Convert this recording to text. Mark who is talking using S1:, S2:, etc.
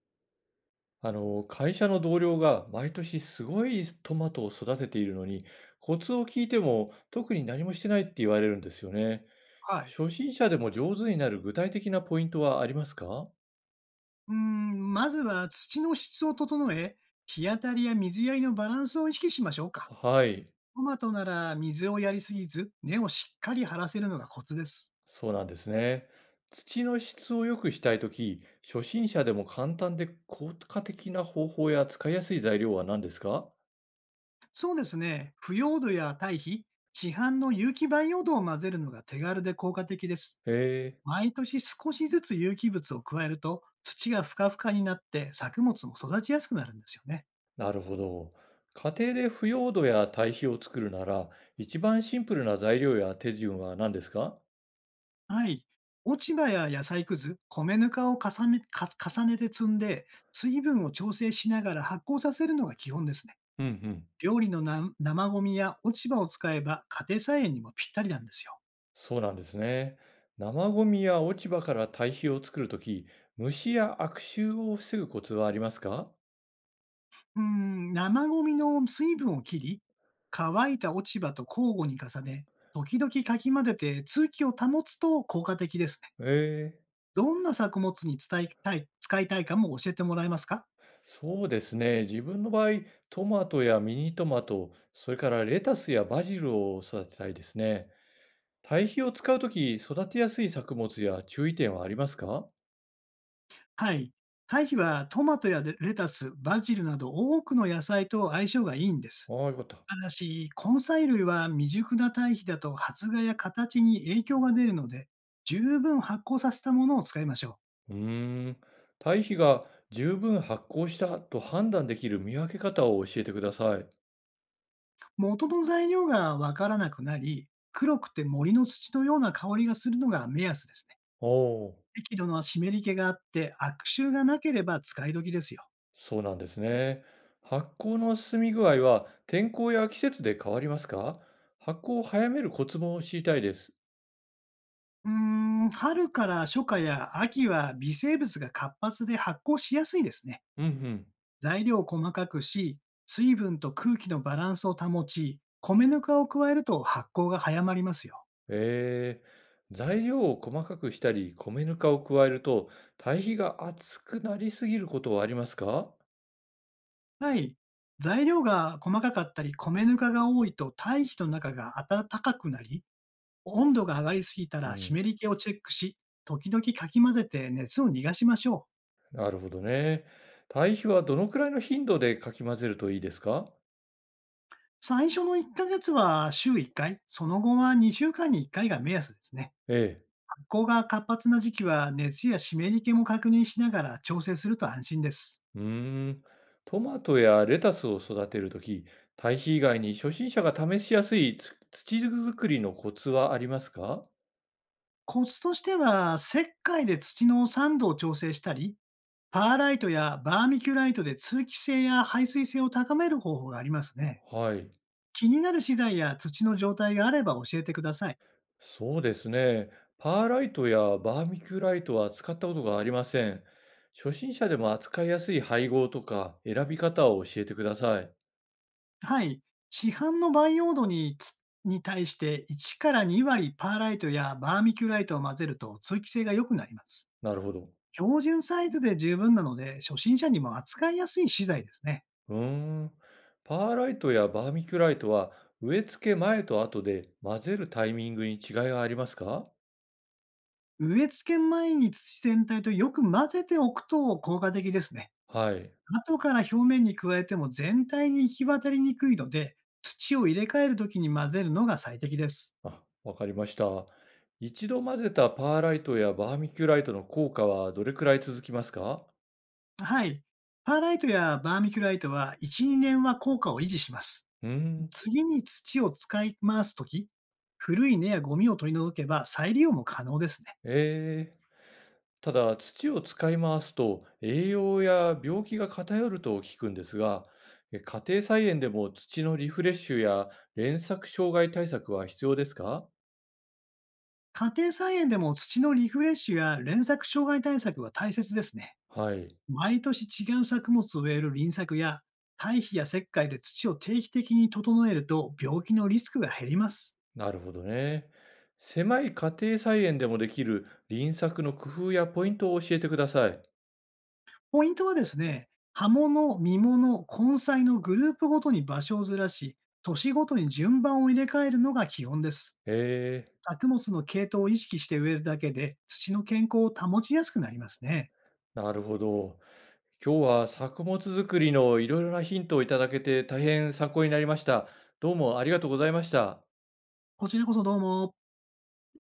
S1: 会社の同僚が毎年すごいトマトを育てているのに、コツを聞いても特に何もしてないって言われるんですよね。
S2: はい。
S1: 初心者でも上手になる具体的なポイントはありますか？
S2: うーん、まずは土の質を整え、日当たりや水やりのバランスを意識しましょうか。
S1: はい、
S2: トマトなら水をやりすぎず、根をしっかり張らせるのがコツです。
S1: そうなんですね。土の質を良くしたいとき、初心者でも簡単で効果的な方法や使いやすい材料は何ですか？
S2: そうですね。腐葉土や堆肥、市販の有機培養土を混ぜるのが手軽で効果的です。
S1: へえ、
S2: 毎年少しずつ有機物を加えると、土がふかふかになって作物も育ちやすくなるんですよね。
S1: なるほど。家庭で腐葉土や堆肥を作るなら、一番シンプルな材料や手順は何ですか？
S2: はい。落ち葉や野菜くず、米ぬかを重ねて積んで、水分を調整しながら発酵させるのが基本ですね。
S1: うんうん。
S2: 料理の生ゴミや落ち葉を使えば家庭菜園にもぴったりなんですよ。
S1: そうなんですね。生ゴミや落ち葉から堆肥を作るとき、虫や悪臭を防ぐコツはありますか？
S2: うーん、生ゴミの水分を切り、乾いた落ち葉と交互に重ね、時々かき混ぜて通気を保つと効果的ですね。
S1: ええ。
S2: どんな作物に伝えたい、使いたいかも教えてもらえますか？
S1: そうですね。自分の場合、トマトやミニトマト、それからレタスやバジルを育てたいですね。堆肥を使うとき、育てやすい作物や注意点はありますか？
S2: はい。堆肥はトマトやレタス、バジルなど多くの野菜と相性がいいんです。
S1: ああ、よかった。
S2: ただし、根菜類は未熟な堆肥だと発芽や形に影響が出るので、十分発酵させたものを使いましょう。
S1: うーん。堆肥が十分発酵したと判断できる見分け方を教えてください。
S2: 元の材料がわからなくなり、黒くて森の土のような香りがするのが目安ですね。
S1: おお。
S2: 適度な湿り気があって悪臭がなければ使い時ですよ。
S1: そうなんですね。発酵の進み具合は天候や季節で変わりますか？発酵を早めるコツも知りたいです。
S2: うーん、春から初夏や秋は微生物が活発で発酵しやすいですね。
S1: うんうん。
S2: 材料を細かくし、水分と空気のバランスを保ち、米ぬかを加えると発酵が早まりますよ。
S1: え材料を細かくしたり米ぬかを加えると堆肥が厚くなりすぎることはありますか？
S2: はい。材料が細かかったり、米ぬかが多いと堆肥の中が暖かくなり、温度が上がりすぎた
S1: う
S2: ら湿
S1: ん、
S2: り気をチェックし、時々かき混ぜて熱を逃がしましょう。
S1: なるほどね。堆肥はどのくらいの頻度でかき混ぜるといいですか？
S2: 最初の1ヶ月は週1回、その後は2週間に1回が目安ですね。
S1: ええ。
S2: 発酵が活発な時期は熱や湿り気も確認しながら調整すると安心です。
S1: うーん。トマトやレタスを育てるとき、堆肥以外に初心者が試しやすいつ土作りのコツはありますか？
S2: コツとしては、石灰で土の酸度を調整したり、パーライトやバーミキュライトで通気性や排水性を高める方法がありますね。
S1: はい。
S2: 気になる資材や土の状態があれば教えてください。
S1: そうですね。パーライトやバーミキュライトは使ったことがありません。初心者でも扱いやすい配合とか選び方を教えてください。
S2: はい。市販の培養土に対して1から2割パーライトやバーミキュライトを混ぜると通気性が良くなります。
S1: なるほど。
S2: 標準サイズで十分なので、初心者にも扱いやすい資材ですね。
S1: うーん。パーライトやバーミキュライトは植え付け前と後で混ぜるタイミングに違いがありますか？
S2: 植え付け前に土全体とよく混ぜておくと効果的ですね。
S1: はい。
S2: 後から表面に加えても全体に行き渡りにくいので、土を入れ替えるときに混ぜるのが最適です。
S1: あ、わかりました。一度混ぜたパーライトやバーミキュライトの効果はどれくらい続きますか？
S2: はい。パーライトやバーミキュライトは1、2年は効果を維持します。
S1: うーん、
S2: 次に土を使い回すとき、古い根やゴミを取り除けば再利用も可能ですね。
S1: ええ。ただ土を使い回すと栄養や病気が偏ると聞くんですが、家庭菜園でも土のリフレッシュや連作障害対策は必要ですか？
S2: 家庭菜園でも土のリフレッシュや連作障害対策は大切ですね。
S1: はい、
S2: 毎年違う作物を植える輪作や、堆肥や石灰で土を定期的に整えると病気のリスクが減ります。
S1: なるほどね。狭い家庭菜園でもできる輪作の工夫やポイントを教えてください。
S2: ポイントはですね、葉物、実物、根菜のグループごとに場所をずらし、年ごとに順番を入れ替えるのが基本です。
S1: ええ。
S2: 作物の系統を意識して植えるだけで、土の健康を保ちやすくなりますね。
S1: なるほど。今日は作物作りのいろいろなヒントをいただけて大変参考になりました。どうもありがとうございました。
S2: こちらこそどうも。